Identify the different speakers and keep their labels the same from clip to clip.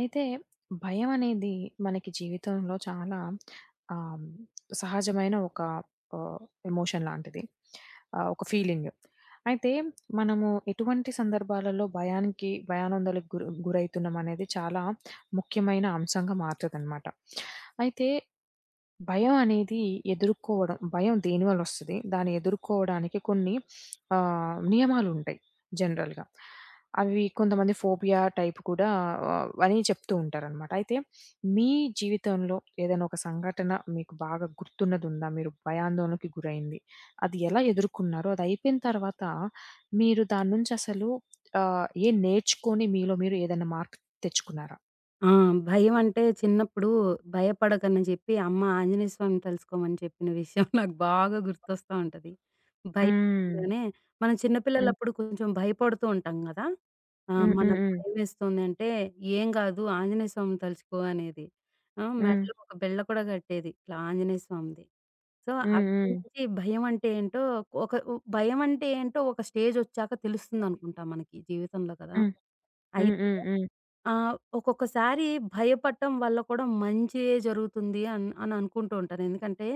Speaker 1: అయితే భయం అనేది మనకి జీవితంలో చాలా ఆహ్, సహజమైన ఒక ఆహ్, ఎమోషన్ లాంటిది. ఒక ఫీలింగ్. అయితే మనము ఎటువంటి సందర్భాలలో భయానందలకు గురైతున్నాం అనేది చాలా ముఖ్యమైన అంశంగా మారుతదనమాట. అయితే భయం అనేది ఎదుర్కోవడం భయం దేనివల్ల వస్తది? దాన్ని ఎదుర్కోవడానికి కొన్ని నియమాలుంటాయి జనరల్‌గా. అవి కొంతమంది ఫోబియా టైప్ కూడా అని చెప్తూ ఉంటారనమాట. అయితే మీ జీవితంలో ఏదైనా ఒక సంఘటన మీకు బాగా గుర్తున్నదుందా? మీరు భయాందోళనకి గురైంది. అది ఎలా ఎదుర్కొన్నారో? అది అయిపోయిన తర్వాత మీరు దాని నుంచి అసలు ఏం నేర్చుకొని మీలో మీరు ఏదైనా మార్పు తెచ్చుకున్నారా?
Speaker 2: ఆ! భయమంటే చిన్నప్పుడు భయపడకని జెప్పి అమ్మ ఆంజనేయ స్వామిని తలుసుకోమని చెప్పిన విషయం నాకు బాగా గుర్తొస్తా ఉంటది.
Speaker 1: హ్మ్.
Speaker 2: భయపడగానే మనం
Speaker 1: హ్మ్.
Speaker 2: చిన్నపిల్లలప్పుడు కొంచెం భయపడుతూ ఉంటాం గదా!
Speaker 1: హ్మ్.
Speaker 2: మనకు
Speaker 1: హ్మ్.
Speaker 2: భయమేస్తుందంటే "ఏం గాదు ఆంజనేయ స్వామిని తలుచుకో" అనేది.
Speaker 1: హ్మ్.
Speaker 2: మెడలో ఒక బిళ్ళ కూడా కట్టేది ఇట్లా ఆంజనేయ స్వామిది. సో,
Speaker 1: హ్మ్.
Speaker 2: అక్కడి
Speaker 1: హ్మ్.
Speaker 2: నుంచి భయం అంటే ఏంటో ఒక స్టేజొచ్చాక తెలుస్తుందనుకుంటా మనకి జీవితంలో కదా!
Speaker 1: హ్మ్. హ్మ్. హ్మ్.
Speaker 2: అయితే
Speaker 1: హ్మ్. హ్మ్.
Speaker 2: ఆ! ఒక్కొక్కసారి భయపడటం వల్ల కూడా మంచే జరుగుతుంది అని అనుకుంటూ ఉంటాను. ఎందుకంటే,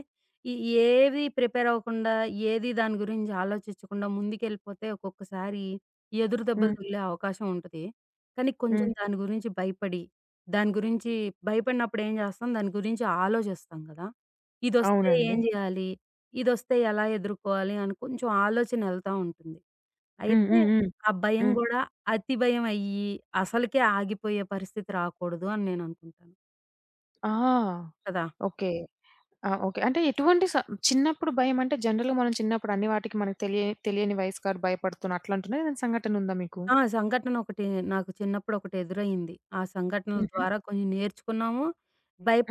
Speaker 2: ఈ ఏది ప్రిపేర్ అవ్వకుండా, ఏది దాని గురించి ఆలోచించకుండా ముందుకెళ్ళిపోతే ఒక్కొక్కసారి ఎదురు దెబ్బలు
Speaker 1: హ్మ్.
Speaker 2: తగిలే అవకాశం ఉంటది. కానీ కొంచెం
Speaker 1: హ్మ్.
Speaker 2: దాని గురించి భయపడి, దాని గురించి భయపడినప్పుడు ఏం చేస్తాం, దాని గురించి ఆలోచిస్తాం కదా! ఇదొస్తే
Speaker 1: అవునండి.
Speaker 2: ఏం జేయాలి? ఇదొస్తే ఎలా ఎదుర్కోవాలి? అని కొంచెం ఆలోచన ఎళ్తా ఉంటుంది.
Speaker 1: హ్మ్.
Speaker 2: అయితే
Speaker 1: హ్మ్. హ్మ్.
Speaker 2: ఆ భయం
Speaker 1: హ్మ్.
Speaker 2: గూడా అతి భయమయ్యి, అసలకే ఆగిపోయే పరిస్థితి రాకూడదు అని నేననుకుంటాను.
Speaker 1: ఆ!
Speaker 2: కదా!
Speaker 1: ఓకే. ఆ! ఓకే. అంటే ఎటువంటి స చిన్నప్పుడు భయమంటే జనరల్‌గా మనం చిన్నప్పుడు అన్ని వాటికి మనకు తెలియని వయసు గారు భయపడుతున్న అట్లాంటున్నారా? ఏదైనా సంఘటనుందా మీకు?
Speaker 2: సంఘటన ఒకటి నాకు చిన్నప్పుడు ఒకటి ఎదురయింది. ఆ సంఘటనల
Speaker 1: హుహు.
Speaker 2: ద్వారా కొంచెం నేర్చుకున్నాము.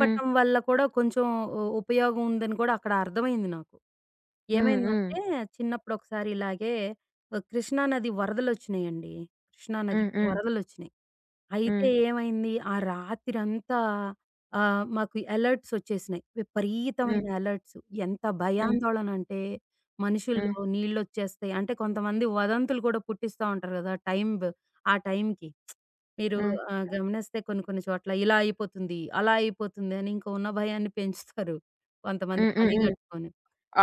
Speaker 1: హ్మ్.
Speaker 2: వల్ల కూడా కొంచెం ఉపయోగం ఉందని కూడా అక్కడ అర్థమైంది నాకు.
Speaker 1: హ్మ్. హ్మ్.
Speaker 2: ఏమైందంటే చిన్నప్పుడు ఒకసారి ఇలాగే కృష్ణానది వరదలొచ్చినాయండి. కృష్ణానదికి
Speaker 1: హ్మ్.
Speaker 2: వరదలొచ్చినాయి. అయితే
Speaker 1: హ్మ్.
Speaker 2: ఏమైంది, ఆ రాత్రంతా మాకు అలర్ట్స్ ఒచ్చేసినాయి.
Speaker 1: హ్మ్.
Speaker 2: విపరీతమైన
Speaker 1: హ్మ్.
Speaker 2: అలర్ట్స్. ఎంత
Speaker 1: హ్మ్.
Speaker 2: భయాందోళన అంటే,
Speaker 1: హ్మ్.
Speaker 2: మనుషుల్లో నీళ్ళొచ్చేస్తాయి. అంటే కొంతమంది వదంతులు కూడా పుట్టిస్తా ఉంటారు గదా! టైం బ్ ఆ టైంకి. మీరు
Speaker 1: హ్మ్.
Speaker 2: గమనిస్తే కొన్ని కొన్ని చోట్ల ఇలా అయిపోతుంది, అలా అయిపోతుంది అని ఇంకా ఉన్న భయాన్ని పెంచుతారు. కొంతమంది
Speaker 1: హ్మ్. హ్మ్.
Speaker 2: పని
Speaker 1: హ్మ్.
Speaker 2: గట్టుకొని.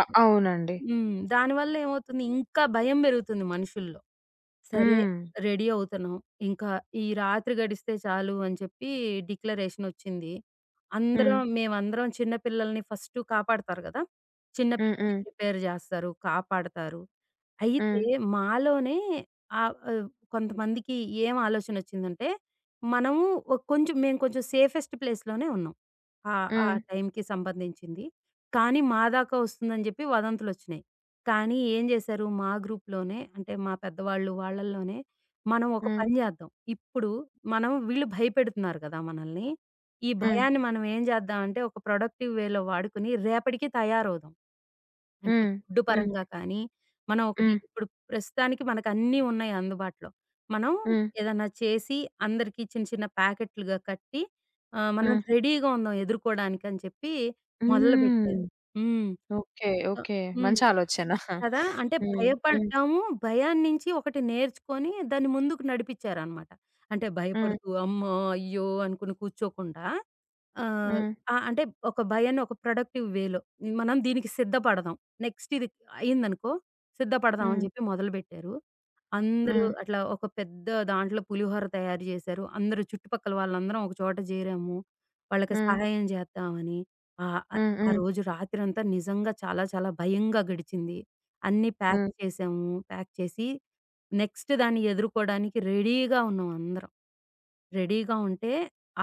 Speaker 1: అ అవునండి.
Speaker 2: హ్మ్. దానివల్ల ఏమవుతుంది, ఇంకా భయం బెరుగుతుంది మనుషుల్లో. సరే
Speaker 1: హ్మ్.
Speaker 2: రెడీ అవుతున్నాం. ఇంకా ఈ రాత్రి గడిస్తే చాలు అని చెప్పి డిక్లరేషనొచ్చింది.
Speaker 1: హ్మ్.
Speaker 2: అందరం హ్మ్. మేమందరం చిన్న పిల్లల్ని ఫస్టు కాపాడతారు గదా! చిన్న
Speaker 1: హ్మ్.
Speaker 2: పిల్లల్ని
Speaker 1: హ్మ్.
Speaker 2: ప్రిపేర్ జేస్తారు, కాపాడతారు.
Speaker 1: హ్మ్.
Speaker 2: అయితే మాలోనే ఆహ్, ఆహ్, కొంతమందికి ఏం ఆలోచనొచ్చిందంటే, మనము ఒ కొంచెం మేము కొంచెం సేఫెస్ట్ ప్లేస్‌లోనే ఉన్నాం. ఆ
Speaker 1: హ్మ్.
Speaker 2: టైంకి సంబంధించింది. కానీ మా దాకా వస్తుందని చెప్పి వదంతులొచ్చినాయి. కానీ ఏం జేశారు మా గ్రూప్‌లోనే అంటే మా పెద్దవాళ్ళు వాళ్ళల్లోనే మనం ఒక
Speaker 1: హ్మ్.
Speaker 2: పని జేద్దాం. ఇప్పుడు మనం వీళ్ళు భయపెడుతున్నారు గదా! మనల్ని. ఈ
Speaker 1: హ్మ్.
Speaker 2: భయాన్ని మనం ఏం జేద్దాం అంటే ఒక ప్రొడక్టివ్ వేలో వాడుకొని రేపటికి తయారవుదాం. అంటే
Speaker 1: హ్మ్.
Speaker 2: ఫుడ్
Speaker 1: హ్మ్.
Speaker 2: పరంగా కానీ మనం ఒకటి
Speaker 1: హ్మ్.
Speaker 2: ఇప్పుడు ప్రస్తుతానికి మనకన్నీ ఉన్నాయి అందుబాటులో. మనం
Speaker 1: హ్మ్.
Speaker 2: ఏదన్నా చేసి అందరికీ చిన్న చిన్న ప్యాకెట్లుగా కట్టి మనం
Speaker 1: హ్మ్.
Speaker 2: రెడీగా ఉందాం ఎదుర్కోవడానికి అని చెప్పి
Speaker 1: హ్మ్.
Speaker 2: మొదలుపెట్టారు. హ్మ్.
Speaker 1: ఓకే.
Speaker 2: So
Speaker 1: okay.
Speaker 2: హ్మ్.
Speaker 1: మంచి ఆలోచన.
Speaker 2: కదా! అంటే
Speaker 1: హ్మ్. హ్మ్.
Speaker 2: భయపడ్డాము. భయాన్ని నుంచి ఒకటి నేర్చుకొని దాన్ని ముందుకు నడిపించారనమాట. అంటే
Speaker 1: హ్మ్.
Speaker 2: భయపడుతూ అమ్మో! అయ్యో! అనుకుని కూర్చోకుండా ఆహ్,
Speaker 1: హ్మ్.
Speaker 2: ఆ! అంటే ఒక భయాన్ని ఒక ప్రొడక్టివ్ వేలో మనం దీనికి సిద్ధపడదాం. నెక్స్ట్ ఇది అయిందనుకో సిద్ధపడదాం అని
Speaker 1: హ్మ్.
Speaker 2: చెప్పి మొదలుపెట్టారు. అందరూ
Speaker 1: హ్మ్.
Speaker 2: అట్లా ఒక పెద్ద దాంట్లో పులిహోర తయారు జేశారు. అందరూ చుట్టుపక్కల వాళ్ళందరం ఒక చోట జేరాము. వాళ్ళకి
Speaker 1: హ్మ్.
Speaker 2: సహాయం జేద్దామని. ఆహ్, ఆహ్,
Speaker 1: హ్మ్. హ్మ్.
Speaker 2: ఆ
Speaker 1: హ్మ్.
Speaker 2: రోజు రాత్రంతా నిజంగా చాలా చాలా భయంగా గడిచింది. అన్నీ ప్యాక్
Speaker 1: హ్మ్.
Speaker 2: చేసాము. ప్యాక్ చేసి నెక్స్ట్ దాన్ని ఎదుర్కోవడానికి రెడీగా ఉన్నాం అందరం. రెడీగా ఉంటే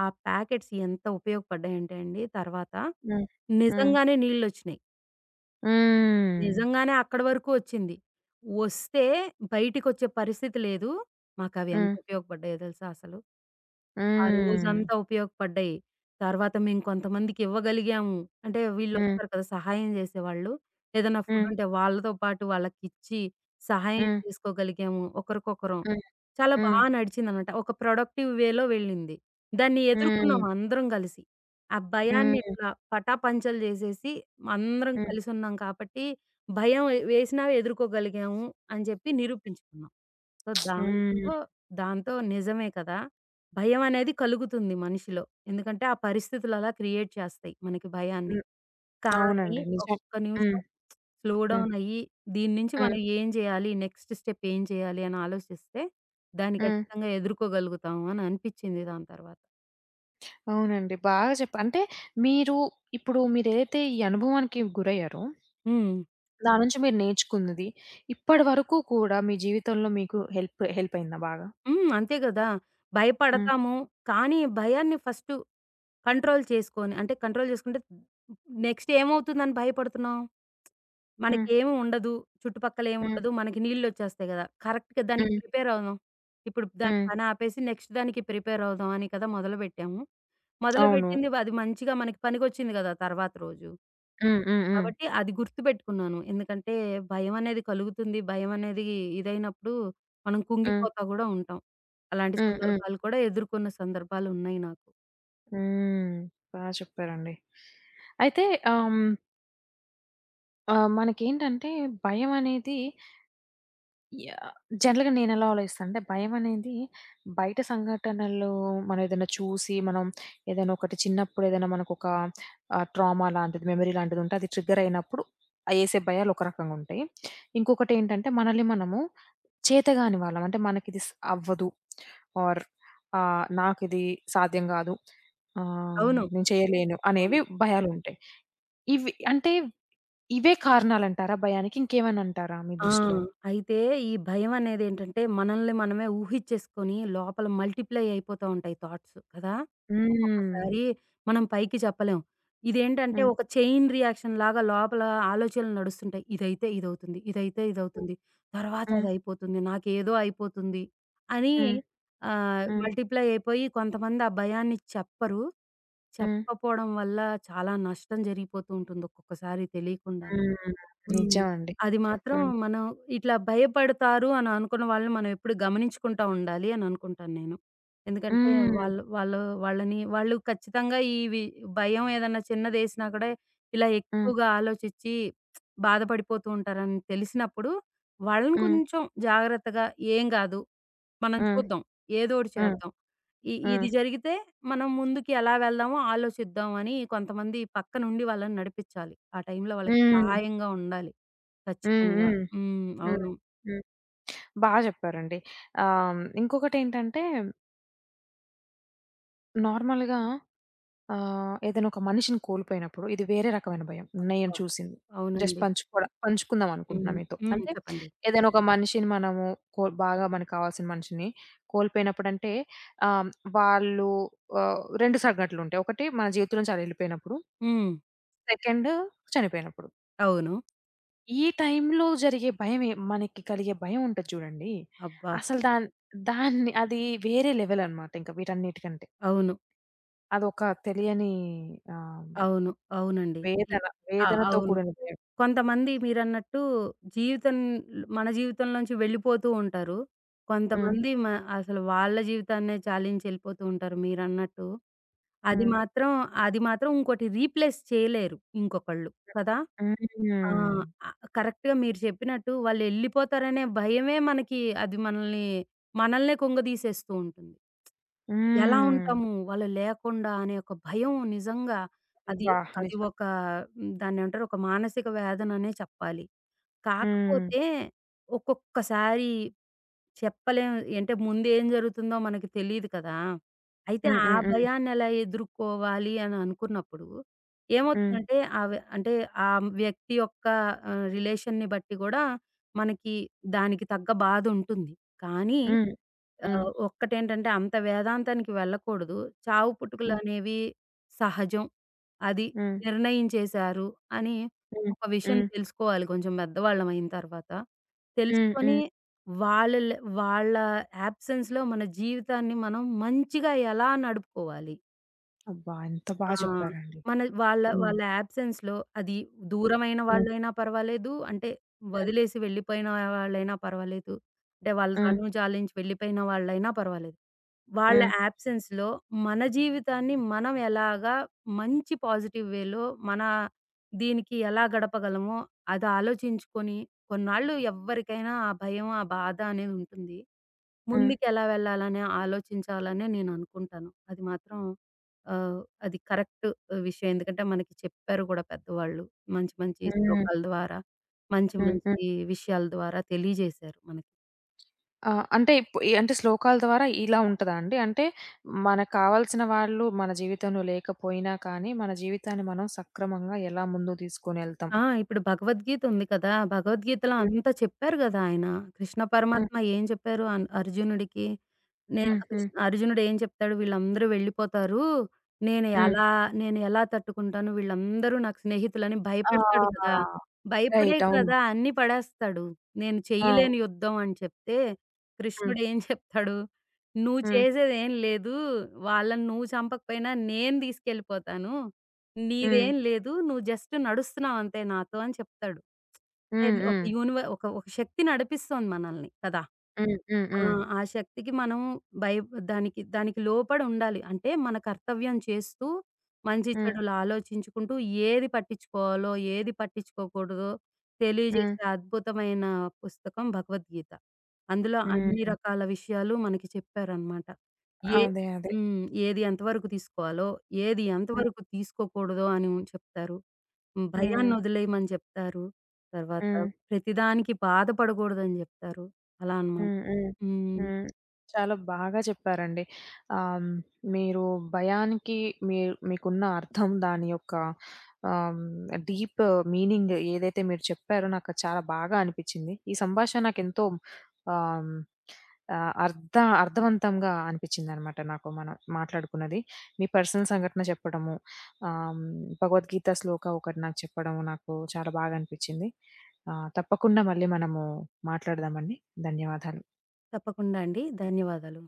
Speaker 2: ఆ ప్యాకెట్స్ ఎంత ఉపయోగపడ్డాయంటే అండి తర్వాత,
Speaker 1: హ్మ్.
Speaker 2: హ్మ్.
Speaker 1: హ్మ్.
Speaker 2: నిజంగానే నీళ్లొచ్చినాయి.
Speaker 1: హ్మ్.
Speaker 2: నిజంగానే అక్కడి వరకు వచ్చింది. వస్తే బయటికొచ్చే పరిస్థితి లేదు. మాకవి ఎంత
Speaker 1: హ్మ్.
Speaker 2: ఉపయోగపడ్డాయో తెలుసా అసలు. ఆ రోజంతా
Speaker 1: హ్మ్.
Speaker 2: ఉపయోగపడ్డాయి. తర్వాత మేము కొంతమందికివ్వగలిగాము. అంటే
Speaker 1: హ్మ్.
Speaker 2: వీళ్ళొస్తారు కదా! సహాయం జేసేవాళ్ళు. ఏదైనా
Speaker 1: హ్మ్.
Speaker 2: ఫుడ్డుంటే వాళ్ళతో పాటు వాళ్ళకిచ్చి సహాయం
Speaker 1: హ్మ్.
Speaker 2: చేసుకోగలిగాము ఒకరికొకరం.
Speaker 1: హ్మ్.
Speaker 2: చాలా బా
Speaker 1: హ్మ్.
Speaker 2: నడిచిందనమాట. ఒక ప్రొడక్టివ్ వేలో వెళ్ళింది. దాన్ని ఓకే.
Speaker 1: హ్మ్.
Speaker 2: ఎదుర్కొన్నాం అందరం గలిసి. ఆ భయాన్ని
Speaker 1: హ్మ్.
Speaker 2: ఇట్లా పటాపంచలు జేసేసి అందరం
Speaker 1: హ్మ్.
Speaker 2: కలిసున్నాం కాబట్టి, భయం ఎ వేసినా ఎదుర్కోగలిగాము అని జెప్పి నిరూపించుకున్నాం. సో,
Speaker 1: హ్మ్.
Speaker 2: దాంతో దాంతో నిజమే కదా! భయమనేది కలుగుతుంది మనిషిలో. ఎందుకంటే, ఆ పరిస్థితులు అలా క్రియేట్ చేస్తాయి మనకి భయాన్ని.
Speaker 1: హ్మ్.
Speaker 2: కానీ,
Speaker 1: అవునండి. నిజం.
Speaker 2: ఒక్క
Speaker 1: హ్మ్.
Speaker 2: నిమిషం స్లో
Speaker 1: హ్మ్.
Speaker 2: డౌన్ అయ్యి, దీని నుంచి
Speaker 1: హ్మ్.
Speaker 2: మనం ఏం చేయాలి? నెక్స్ట్ స్టెప్ ఏం చేయాలి? అని ఆలోచిస్తే, దాన్ని
Speaker 1: హ్మ్.
Speaker 2: ఖచ్చితంగా ఎదుర్కోగలుగుతాము అని అనిపిచ్చింది దాని తర్వాత.
Speaker 1: అవునండి. బాగా చెప్పా అంటే మీరు ఇప్పుడు మీరేదైతే ఈ అనుభవానికి గురయ్యారో,
Speaker 2: హ్మ్.
Speaker 1: దాని నుంచి మీరు నేర్చుకున్నది ఇప్పటి వరకు కూడా మీ జీవితంలో మీకు హెల్ప్ హెల్ప్ అయిందా బాగా?
Speaker 2: హ్మ్. అంతే కదా!
Speaker 1: హ్మ్.
Speaker 2: భయపడతాము. కానీ, భయాన్ని ఫస్టు కంట్రోల్ చేసుకొని అంటే, కంట్రోల్ చేసుకుంటే నెక్స్ట్ ఏమవుతుందని భయపడుతున్నాం?
Speaker 1: హ్మ్.
Speaker 2: మనకేమి ఉండదు.
Speaker 1: హ్మ్.
Speaker 2: చుట్టుపక్కలేముండదు. మనకి నీళ్ళొచ్చేస్తాయి గదా! కరెక్ట్‌గా దానికి
Speaker 1: హ్మ్.
Speaker 2: ప్రిపేర్ అవుదాం. ఇప్పుడు దాని
Speaker 1: హ్మ్.
Speaker 2: పని ఆపేసి నెక్స్ట్ దానికి ప్రిపేర్ అవుదాం అని కదా మొదలుపెట్టాము. హ్మ్.
Speaker 1: అవును.
Speaker 2: మొదలుపెట్టింది అది మంచిగా మనకి పనికొచ్చింది గదా! తర్వాత రోజు.
Speaker 1: హ్మ్. హ్మ్. హ్మ్.
Speaker 2: కాబట్టి అది గుర్తుపెట్టుకున్నాను. ఎందుకంటే భయమనేది కలుగుతుంది. భయమనేది ఇదైనప్పుడు మనం
Speaker 1: హ్మ్.
Speaker 2: కుంగిపోతా గూడా ఉంటాం. అలాంటి
Speaker 1: హ్మ్. హ్మ్.
Speaker 2: సందర్భాలు కూడా ఎదుర్కొన్న సందర్భాలున్నాయి నాకు.
Speaker 1: హ్మ్. బా చెప్పారండి. అయితే ఆహ్, హ్మ్, మనకేంటంటే భయమనేది యాహ్, జనరల్‌గా నేనెలా ఆలోచిస్తానంటే భయమనేది బయట సంఘటనలు మనం ఏదైనా చూసి మనం ఏదైనా ఒకటి చిన్నప్పుడు ఏదైనా మనకొక ట్రామా లాంటిది, మెమరీ లాంటిదుంటే అది ట్రిగ్గర్ అయినప్పుడు ఏసే భయాలు ఒక రకంగుంటాయి. ఇంకొకటేంటంటే మనల్ని మనము చేతగాని వాళ్ళం. అంటే మనకిది స్ అవ్వదు ఆర్ ఆహ్, నాకిది సాధ్యం గాదు. ఆహ్,
Speaker 2: అవును.
Speaker 1: నేను చేయలేను
Speaker 2: అవును.
Speaker 1: అనేవి భయాలుంటాయి. ఇవి అంటే ఇవే కారణాలంటారా భయానికి? ఇంకేమైనా అంటారా మీ
Speaker 2: ఆ!
Speaker 1: దృష్టిలో?
Speaker 2: అయితే ఈ భయమనేదేంటంటే, మనల్ని మనమే ఊహిచ్చేసుకొని లోపల మల్టిప్లై అయిపోతా ఉంటాయి థాట్స్ కదా!
Speaker 1: హ్మ్.
Speaker 2: ఒక్కొక్కసారి మనం పైకి చెప్పలేం. ఇదేంటంటే
Speaker 1: హ్మ్.
Speaker 2: ఒక చైన్ రియాక్షన్ లాగా లోపల ఆలోచనలు నడుస్తుంటాయి. ఇదైతే ఇదవుతుంది, ఇదైతే ఇదవుతుంది, తర్వాత
Speaker 1: హ్మ్.
Speaker 2: అదయిపోతుంది, నాకేదో అయిపోతుంది అని
Speaker 1: హ్మ్. హ్మ్.
Speaker 2: మల్టిప్లై అయిపోయి కొంతమంది ఆ భయాన్ని చెప్పరు.
Speaker 1: హ్మ్.
Speaker 2: చెప్పకపోవడం వల్ల చాలా నష్టం జరిగిపోతూ ఉంటుంది ఒక్కొక్కసారి తెలియకుండానే.
Speaker 1: హ్మ్.
Speaker 2: హ్మ్.
Speaker 1: నిజం అండి.
Speaker 2: అది
Speaker 1: నిజం.
Speaker 2: మాత్రం
Speaker 1: హ్మ్.
Speaker 2: మనం ఇట్లా భయపడతారు అని అనుకున్న వాళ్ళని మనం ఎప్పుడు గమనించుకుంటా ఉండాలి అని అనుకుంటాను నేను. ఎందుకంటే
Speaker 1: హ్మ్.
Speaker 2: వాళ్ళు వాళ్ళు వాళ్ళని వాళ్ళు ఖచ్చితంగా ఇవి భయం ఏదన్నా చిన్నదేసినా కూడా ఇలా
Speaker 1: హ్మ్.
Speaker 2: ఎక్కువగా ఆలోచించి బాధపడిపోతూ ఉంటారని తెలిసినప్పుడు వాళ్ళని
Speaker 1: హ్మ్.
Speaker 2: కొంచెం జాగ్రత్తగా ఏం గాదు. మనం
Speaker 1: హ్మ్.
Speaker 2: చూద్దాం. ఏదోటి
Speaker 1: హ్మ్.
Speaker 2: చేద్దాం.
Speaker 1: హ్మ్.
Speaker 2: ఇది జరిగితే మనం ముందుకి ఎలా వెళ్దామో ఆలోచిద్దాం అని కొంతమంది పక్కనుండి వాళ్ళని నడిపించాలి. ఆ టైంలో వాళ్ళకి
Speaker 1: హ్మ్.
Speaker 2: సహాయంగా ఉండాలి.
Speaker 1: హ్మ్.
Speaker 2: ఖచ్చితంగా.
Speaker 1: హ్మ్.
Speaker 2: హ్మ్.
Speaker 1: హ్మ్.
Speaker 2: అవును.
Speaker 1: హ్మ్. బా జెప్పారండి. ఇంకొకటేంటంటే నార్మల్‌గా ఏదైనా ఒక మనిషిని కోల్పోయినప్పుడు ఇది వేరే రకమైన భయం నేను
Speaker 2: అబ్బా!
Speaker 1: చూసింది. జస్ట్
Speaker 2: అవునండి.
Speaker 1: పంచుకుందాం అనుకుంటున్నా
Speaker 2: హ్మ్.
Speaker 1: మీతో.
Speaker 2: హ్మ్.
Speaker 1: అంటే
Speaker 2: చెప్పండి.
Speaker 1: ఏదైనా ఒక మనిషిని మనము బాగా మనకు కావాల్సిన మనిషిని కోల్పోయినప్పుడంటే ఆహ్, వాళ్ళు 2 సంఘటనలుంటాయి. ఒకటి మన జీవితం నుంచి ఆళ్ళు ఎళ్ళిపోయినప్పుడు.
Speaker 2: హ్మ్.
Speaker 1: సెకండ్ చనిపోయినప్పుడు.
Speaker 2: అవును.
Speaker 1: ఈ టైంలో జరిగే భయమే మనకి కలిగే భయం ఉంటది చూడండి.
Speaker 2: అబ్బా!
Speaker 1: అసలు దాన్ దాన్ని అది వేరే లెవెల్ అన్నమాట. ఇంకా వీటన్నిటికంటే.
Speaker 2: అవును.
Speaker 1: అదొక తెలియని ఆహ్
Speaker 2: అవును. అవునండి. ఇ
Speaker 1: వేదన.
Speaker 2: ఆ!
Speaker 1: వేదనతో
Speaker 2: అవును.
Speaker 1: కూడిన భయం.
Speaker 2: కొంతమంది మీరన్నట్టు జీవితం మన జీవితంలోంచి వెళ్ళిపోతూ ఉంటారు.
Speaker 1: హ్మ్.
Speaker 2: కొంతమంది మ అసలు వాళ్ళ జీవితాన్నే చాలించి ఎళ్ళిపోతూ ఉంటారు మీరన్నట్టు. అది
Speaker 1: హ్మ్.
Speaker 2: మాత్రం అది మాత్రం ఇంకోటి రీప్లేస్ చేయలేరు ఇంకొకళ్ళు. కదా!
Speaker 1: హ్మ్.
Speaker 2: ఆ! కరెక్ట్‌గా మీరు చెప్పినట్టు వాళ్ళెళ్ళిపోతారనే భయమే మనకి అది మనల్నే కుంగదీసేస్తూ ఉంటుంది. ఎలా
Speaker 1: హ్మ్.
Speaker 2: ఉంటాము వాళ్ళు లేకుండా అనే ఒక భయం నిజంగా అది
Speaker 1: అబ్బా!
Speaker 2: అది
Speaker 1: నిజం.
Speaker 2: ఒక హ్మ్, దాన్నేమంటారు ఒక మానసిక వేదననే చెప్పాలి.
Speaker 1: హ్మ్.
Speaker 2: కాకపోతే ఒక్కొక్కసారి చెప్పలేం. అంటే ముందేం జరుగుతుందో మనకి తెలీదు కదా! అయితే
Speaker 1: హ్మ్.
Speaker 2: ఆ
Speaker 1: హ్మ్.
Speaker 2: భయాన్నెలా ఎదుర్కోవాలి అని అనుకున్నప్పుడు
Speaker 1: హ్మ్.
Speaker 2: ఏమవుతుందంటే ఆవి అంటే ఆ వ్యక్తి యొక్క రిలేషన్‌ని బట్టి గూడా మనకి దానికి తగ్గ బాధుంటుంది. కానీ
Speaker 1: హ్మ్. హ్మ్.
Speaker 2: ఒక్కటేంటంటే అంత వేదాంతానికి వెళ్ళకూడదు. చావు
Speaker 1: హ్మ్.
Speaker 2: పుట్టుకులనేవి సహజం. అది
Speaker 1: హ్మ్. హ్మ్.
Speaker 2: నిర్ణయించేశారు అని
Speaker 1: హ్మ్.
Speaker 2: ఒక విషయం
Speaker 1: హ్మ్.
Speaker 2: తెలుసుకోవాలి కొంచెం పెద్దవాళ్ళం అయిన తర్వాత.
Speaker 1: హ్మ్.
Speaker 2: తెలుసుకొని
Speaker 1: హ్మ్.
Speaker 2: వాళ్ళల్ వాళ్ళ యాబ్సెన్స్‌లో మన జీవితాన్ని మనం మంచిగా ఎలా నడుపుకోవాలి?
Speaker 1: అబ్బా! ఎంత బా
Speaker 2: ఆ!
Speaker 1: చెప్పారండి.
Speaker 2: మన వాళ్ళ
Speaker 1: హ్మ్.
Speaker 2: వాళ్ళ యాబ్సెన్స్‌లో అది
Speaker 1: హ్మ్.
Speaker 2: దూరమైన
Speaker 1: హ్మ్.
Speaker 2: వాళ్ళైనా పర్వాలేదు. అంటే వదిలేసి వెళ్ళిపోయిన వాళ్ళైనా పర్వాలేదు. అంటే వాళ్ళ
Speaker 1: హ్మ్.
Speaker 2: కనుజాలించి వెళ్ళిపోయిన వాళ్ళైనా పర్వాలేదు. వాళ్ళ
Speaker 1: హ్మ్.
Speaker 2: యాబ్సెన్స్‌లో మన జీవితాన్ని మనం ఎలాగా మంచి పాజిటివ్ వేలో మన దీనికి ఎలా గడపగలమో అది ఆలోచించుకొని కొన్నాళ్ళు ఎవ్వరికైనా ఆ భయం, ఆ బాధ అనేది ఉంటుంది.
Speaker 1: హ్మ్.
Speaker 2: ముందుకెలా వెళ్ళాలని ఆలోచించాలనే నేననుకుంటాను. అది మాత్రం ఆహ్, అది కరెక్ట్ విషయం. ఎందుకంటే మనకి చెప్పారు గూడా పెద్దవాళ్ళు. మంచి మంచి
Speaker 1: హ్మ్.
Speaker 2: శ్లోకాల ద్వారా, మంచి
Speaker 1: హ్మ్. హ్మ్.
Speaker 2: మంచి విషయాల ద్వారా తెలియజేశారు మనకి.
Speaker 1: ఆ! అంటే శ్లోకాల ద్వారా ఇలా ఉంటదా అండి? అంటే మనకు కావాల్సిన వాళ్ళు మన జీవితంలో లేకపోయినా కానీ, మన జీవితాన్ని మనం సక్రమంగా ఎలా ముందుకు తీసుకొనెళ్తాం?
Speaker 2: ఆ! ఇప్పుడు భగవద్గీత ఉంది కదా! భగవద్గీతలో
Speaker 1: హ్మ్.
Speaker 2: అంతా చెప్పారు గదా! ఆయన. కృష్ణ
Speaker 1: హ్మ్.
Speaker 2: పరమాత్మ ఏం చెప్పారు అర్జునుడికి? నే
Speaker 1: హ్మ్.
Speaker 2: కృష్
Speaker 1: హ్మ్.
Speaker 2: అర్జునుడు ఏం చెప్తాడు? వీళ్ళందరూ వెళ్ళిపోతారు. నేను
Speaker 1: హ్మ్.
Speaker 2: ఎలా నేను ఎలా తట్టుకుంటాను? వీళ్ళందరూ నాకు స్నేహితులని భయపెడతాడు కదా!
Speaker 1: ఆ!
Speaker 2: భయపడే
Speaker 1: రైట్. అవును.
Speaker 2: కదా! అన్నీ పడేస్తాడు. నేను
Speaker 1: ఆ!
Speaker 2: చెయ్యలేని యుద్ధం అని చెప్తే,
Speaker 1: హ్మ్.
Speaker 2: కృష్ణుడు ఏం చెప్తాడు? నువ్వు
Speaker 1: హ్మ్.
Speaker 2: చేసేదేం లేదు. వాళ్ళని నువ్వు చంపకపోయినా నేను తీసుకెళ్ళిపోతాను.
Speaker 1: హ్మ్.
Speaker 2: నీదేం లేదు. నువ్వు జస్ట్ నడుస్తున్నావంతే నాతో అని చెప్తాడు.
Speaker 1: హ్మ్.
Speaker 2: అంటే ఒక
Speaker 1: హ్మ్.
Speaker 2: యూనివ ఒక ఒక శక్తి నడిపిస్తోంది మనల్ని కదా!
Speaker 1: హ్మ్. హ్మ్.
Speaker 2: ఆ!
Speaker 1: హ్మ్.
Speaker 2: ఆ శక్తికి మనం భయ దానికి దానికి లోబడి ఉండాలి. అంటే మన కర్తవ్యం చేస్తూ, మంచి
Speaker 1: హ్మ్.
Speaker 2: చెడులు ఆలోచించుకుంటూ, ఏది పట్టించుకోవాలో, ఏది పట్టించుకోకూడదో
Speaker 1: హ్మ్.
Speaker 2: తెలియజేసే అద్భుతమైన పుస్తకం భగవద్గీత. అందులో అన్ని
Speaker 1: హ్మ్.
Speaker 2: రకాల విషయాలు మనకి చెప్పారనమాట. ఏ
Speaker 1: అదే. అదే.
Speaker 2: హ్మ్. ఏది ఎంతవరకు తీసుకోవాలో, ఏది
Speaker 1: హ్మ్.
Speaker 2: ఎంతవరకు తీసుకోకూడదో అని చెప్తారు. హ్మ్.
Speaker 1: హ్మ్.
Speaker 2: భయాన్ని వదిలేయమని చెప్తారు. తర్వాత
Speaker 1: హ్మ్.
Speaker 2: ప్రతిదానికి బాధపడకూడదని చెప్తారు. అలా అనమాట.
Speaker 1: హ్మ్. హ్మ్.
Speaker 2: హ్మ్.
Speaker 1: హ్మ్. చాలా బాగా చెప్పారండి. ఆహ్, హ్మ్, మీరు భయానికి మీ మీకున్న అర్థం దాని యొక్క ఆహ్, హ్మ్, డీప్ మీనింగ్ ఏదైతే మీరు చెప్పారో నాకు చాలా బాగా అనిపిచ్చింది. ఈ సంభాషణ నాకెంతో ఆహ్, హ్మ్, ఆహ్, అర్థ అర్థవంతంగా అనిపిచ్చిందనమాట నాకు మనం మాట్లాడుకున్నది. మీ పర్సనల్ సంఘటన చెప్పడము, ఆహ్, హ్మ్, భగవద్గీత శ్లోక ఒకటి నాకు చెప్పడము నాకు చాలా బాగా అనిపిచ్చింది. తప్పకుండా మళ్ళీ మనము మాట్లాడదామండి. ధన్యవాదాలు.
Speaker 2: తప్పకుండా అండి. ధన్యవాదాలు.